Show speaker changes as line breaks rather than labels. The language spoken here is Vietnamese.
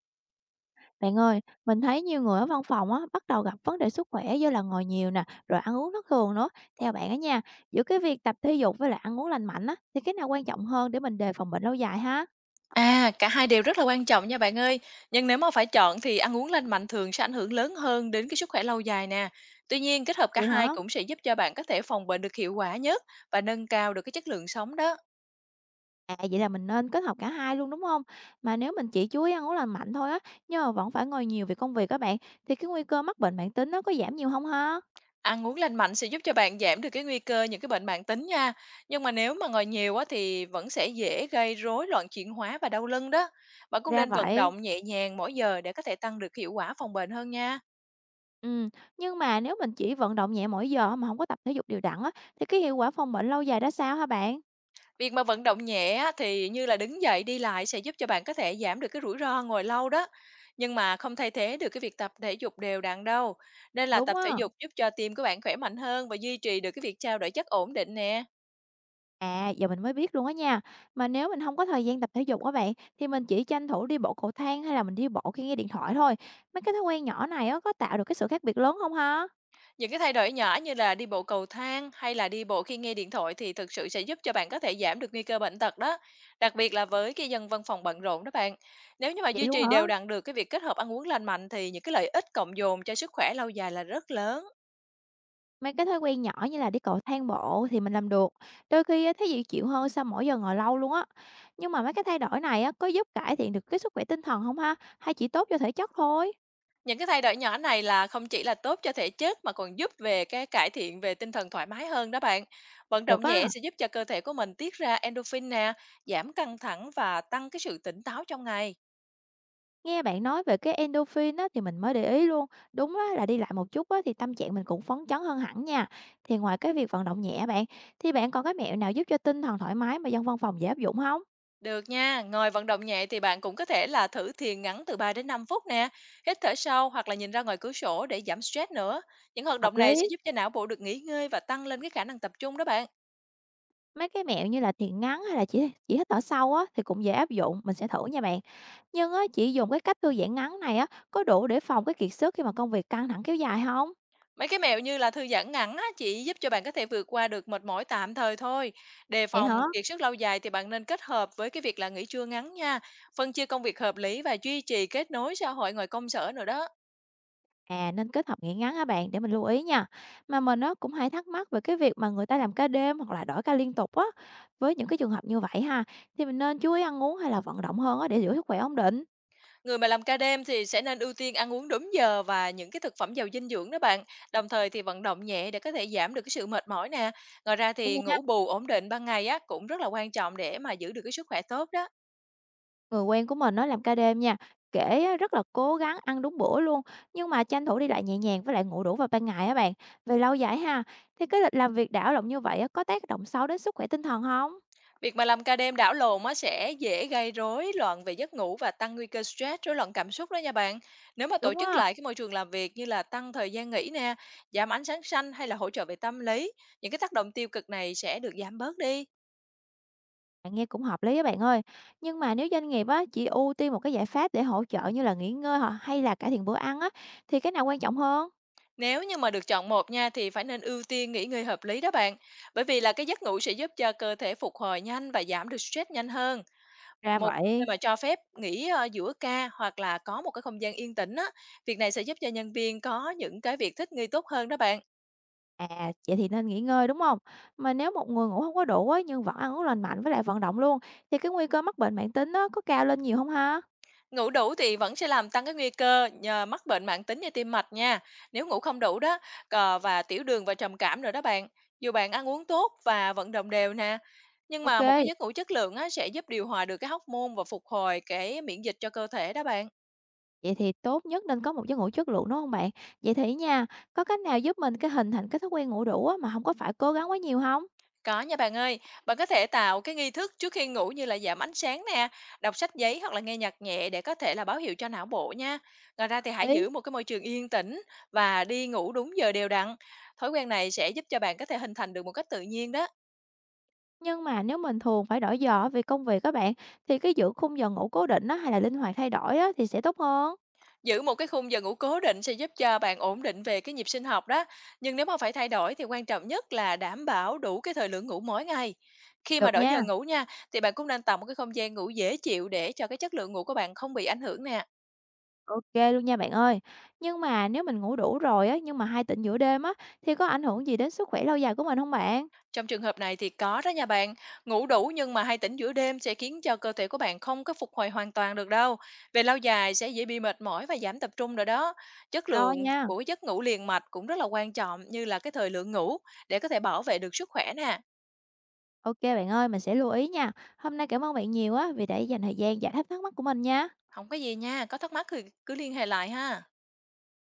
Bạn ơi, mình thấy nhiều người ở văn phòng á, bắt đầu gặp vấn đề sức khỏe do là ngồi nhiều nè, rồi ăn uống thất thường nữa. Theo bạn á nha, giữa cái việc tập thể dục với lại ăn uống lành mạnh á, thì cái nào quan trọng hơn để mình đề phòng bệnh lâu dài ha?
À, cả hai đều rất là quan trọng nha bạn ơi. Nhưng nếu mà phải chọn thì ăn uống lành mạnh thường sẽ ảnh hưởng lớn hơn đến cái sức khỏe lâu dài nè. Tuy nhiên, kết hợp cả
Vậy
hai
hả?
cũng sẽ giúp cho bạn có thể phòng bệnh được hiệu quả nhất và nâng cao được cái chất lượng sống đó.
À vậy là mình nên kết hợp cả hai luôn đúng không? Mà nếu mình chỉ chú ý ăn uống lành mạnh thôi á, nhưng mà vẫn phải ngồi nhiều vì công việc các bạn, thì cái nguy cơ mắc bệnh mãn tính nó có giảm nhiều không ha?
Ăn uống lành mạnh sẽ giúp cho bạn giảm được cái nguy cơ những cái bệnh mãn tính nha. Nhưng mà nếu mà ngồi nhiều á thì vẫn sẽ dễ gây rối loạn chuyển hóa và đau lưng đó. Bạn cũng
Ra
nên vận
vậy.
động nhẹ nhàng mỗi giờ để có thể tăng được hiệu quả phòng bệnh hơn nha.
Ừ, nhưng mà nếu mình chỉ vận động nhẹ mỗi giờ mà không có tập thể dục đều đặn á, thì cái hiệu quả phòng bệnh lâu dài ra sao hả bạn?
Việc mà vận động nhẹ á, thì như là đứng dậy đi lại sẽ giúp cho bạn có thể giảm được cái rủi ro ngồi lâu đó. Nhưng mà không thay thế được cái việc tập thể dục đều đặn đâu. Nên là
Đúng
tập thể
á.
dục giúp cho tim của bạn khỏe mạnh hơn và duy trì được cái việc trao đổi chất ổn định nè.
À, giờ mình mới biết luôn á nha. Mà nếu mình không có thời gian tập thể dục á bạn, thì mình chỉ tranh thủ đi bộ cầu thang hay là mình đi bộ khi nghe điện thoại thôi. Mấy cái thói quen nhỏ này á, có tạo được cái sự khác biệt lớn không ha?
Những cái thay đổi nhỏ như là đi bộ cầu thang hay là đi bộ khi nghe điện thoại thì thực sự sẽ giúp cho bạn có thể giảm được nguy cơ bệnh tật đó. Đặc biệt là với cái dân văn phòng bận rộn đó bạn. Nếu như mà
Vậy
duy
luôn
trì
hả?
đều đặn được cái việc kết hợp ăn uống lành mạnh thì những cái lợi ích cộng dồn cho sức khỏe lâu dài là rất lớn.
Mấy cái thói quen nhỏ như là đi cầu thang bộ thì mình làm được, đôi khi á thấy dễ chịu hơn sau mỗi giờ ngồi lâu luôn á. Nhưng mà mấy cái thay đổi này á, có giúp cải thiện được cái sức khỏe tinh thần không ha? Hay chỉ tốt cho thể chất thôi?
Những cái thay đổi nhỏ này là không chỉ là tốt cho thể chất mà còn giúp về cái cải thiện về tinh thần thoải mái hơn đó bạn. Vận
Được
động nhẹ
á.
sẽ giúp cho cơ thể của mình tiết ra endorphin nè, giảm căng thẳng và tăng cái sự tỉnh táo trong ngày.
Nghe bạn nói về cái endorphin á, thì mình mới để ý luôn. Đúng á, là đi lại một chút á, thì tâm trạng mình cũng phấn chấn hơn hẳn nha. Thì ngoài cái việc vận động nhẹ bạn, thì bạn còn cái mẹo nào giúp cho tinh thần thoải mái mà dân văn phòng dễ áp dụng không?
Được nha, ngoài vận động nhẹ thì bạn cũng có thể là thử thiền ngắn từ 3 đến 5 phút nè, hít thở sâu hoặc là nhìn ra ngoài cửa sổ để giảm stress nữa. Những hoạt
Hợp
động này
lý.
sẽ giúp cho não bộ được nghỉ ngơi và tăng lên cái khả năng tập trung đó bạn.
Mấy cái mẹo như là thiền ngắn hay là chỉ hít thở sâu á, thì cũng dễ áp dụng. Mình sẽ thử nha bạn. Nhưng á, chỉ dùng cái cách thư giãn ngắn này á, có đủ để phòng cái kiệt sức khi mà công việc căng thẳng kéo dài không?
Mấy cái mẹo như là thư giãn ngắn á, chỉ giúp cho bạn có thể vượt qua được mệt mỏi tạm thời thôi. Đề
Vậy hả?
phòng kiệt sức lâu dài thì bạn nên kết hợp với cái việc là nghỉ trưa ngắn nha, phân chia công việc hợp lý và duy trì kết nối xã hội ngoài công sở nữa đó.
À, nên kết hợp nghỉ ngắn hả bạn? Để mình lưu ý nha. Mà mình nó cũng hay thắc mắc về cái việc mà người ta làm ca đêm hoặc là đổi ca liên tục á. Với những cái trường hợp như vậy ha, thì mình nên chú ý ăn uống hay là vận động hơn á để giữ sức khỏe ổn định.
Người mà làm ca đêm thì sẽ nên ưu tiên ăn uống đúng giờ và những cái thực phẩm giàu dinh dưỡng đó bạn. Đồng thời thì vận động nhẹ để có thể giảm được cái sự mệt mỏi nè. Ngoài ra
Đây
thì
nha,
ngủ bù ổn định ban ngày á cũng rất là quan trọng để mà giữ được cái sức khỏe tốt đó.
người quen của mình nó làm ca đêm nha, kể á, rất là cố gắng ăn đúng bữa luôn, nhưng mà tranh thủ đi lại nhẹ nhàng với lại ngủ đủ vào ban ngày á bạn. Về lâu dài ha, thì cái lịch làm việc đảo lộn như vậy á, có tác động xấu đến sức khỏe tinh thần không?
Việc mà làm ca đêm đảo lộn nó sẽ dễ gây rối loạn về giấc ngủ và tăng nguy cơ stress, rối loạn cảm xúc đó nha bạn. Nếu mà tổ
Đúng
chức
á.
lại cái môi trường làm việc như là tăng thời gian nghỉ nè, giảm ánh sáng xanh hay là hỗ trợ về tâm lý, những cái tác động tiêu cực này sẽ được giảm bớt đi.
Bạn nghe cũng hợp lý á bạn ơi. Nhưng mà nếu doanh nghiệp á, chỉ ưu tiên một cái giải pháp để hỗ trợ như là nghỉ ngơi hoặc hay là cải thiện bữa ăn á, thì cái nào quan trọng hơn?
Nếu như mà được chọn một nha thì phải nên ưu tiên nghỉ ngơi hợp lý đó bạn. Bởi vì là cái giấc ngủ sẽ giúp cho cơ thể phục hồi nhanh và giảm được stress nhanh hơn.
Ra
Một nơi
vậy.
mà cho phép nghỉ giữa ca hoặc là có một cái không gian yên tĩnh á, việc này sẽ giúp cho nhân viên có những cái việc thích nghi tốt hơn đó bạn.
À, vậy thì nên nghỉ ngơi đúng không? Mà nếu một người ngủ không có đủ á, nhưng vẫn ăn uống lành mạnh với lại vận động luôn, thì cái nguy cơ mắc bệnh mãn tính á, có cao lên nhiều không ha?
Ngủ đủ thì vẫn sẽ làm tăng cái nguy cơ nhờ mắc bệnh mãn tính như tim mạch nha, nếu ngủ không đủ đó, cờ và tiểu đường và trầm cảm nữa đó bạn. Dù bạn ăn uống tốt và vận động đều nè, nhưng mà một cái
Ok,
giấc ngủ chất lượng á, sẽ giúp điều hòa được cái hóc môn và phục hồi cái miễn dịch cho cơ thể đó bạn.
vậy thì tốt nhất nên có một giấc ngủ chất lượng đúng không bạn? Vậy thì nha, có cách nào giúp mình cái hình thành cái thói quen ngủ đủ á, mà không có phải cố gắng quá nhiều không?
Có nha bạn ơi, bạn có thể tạo cái nghi thức trước khi ngủ như là giảm ánh sáng nè, đọc sách giấy hoặc là nghe nhạc nhẹ để có thể là báo hiệu cho não bộ nha. Ngoài ra thì hãy
Ý.
giữ một cái môi trường yên tĩnh và đi ngủ đúng giờ đều đặn. Thói quen này sẽ giúp cho bạn có thể hình thành được một cách tự nhiên đó.
Nhưng mà nếu mình thường phải đổi giờ vì công việc các bạn, thì cái giữ khung giờ ngủ cố định á, hay là linh hoạt thay đổi á, thì sẽ tốt hơn?
Giữ một cái khung giờ ngủ cố định sẽ giúp cho bạn ổn định về cái nhịp sinh học đó. Nhưng nếu mà phải thay đổi thì quan trọng nhất là đảm bảo đủ cái thời lượng ngủ mỗi ngày. Khi mà
Được
đổi
nha,
giờ ngủ nha, thì bạn cũng nên tạo một cái không gian ngủ dễ chịu để cho cái chất lượng ngủ của bạn không bị ảnh hưởng nè.
ok luôn nha bạn ơi. Nhưng mà nếu mình ngủ đủ rồi á, nhưng mà hay tỉnh giữa đêm á, thì có ảnh hưởng gì đến sức khỏe lâu dài của mình không bạn?
Trong trường hợp này thì có đó nha bạn, ngủ đủ nhưng mà hay tỉnh giữa đêm sẽ khiến cho cơ thể của bạn không có phục hồi hoàn toàn được đâu. Về lâu dài sẽ dễ bị mệt mỏi và giảm tập trung rồi đó. Chất
Lo
lượng
nha.
của cái giấc ngủ liền mạch cũng rất là quan trọng như là cái thời lượng ngủ để có thể bảo vệ được sức khỏe nè.
Ok bạn ơi, mình sẽ lưu ý nha. Hôm nay cảm ơn bạn nhiều á, vì đã dành thời gian giải đáp thắc mắc của mình nha.
Không có gì nha, có thắc mắc thì cứ liên hệ lại ha.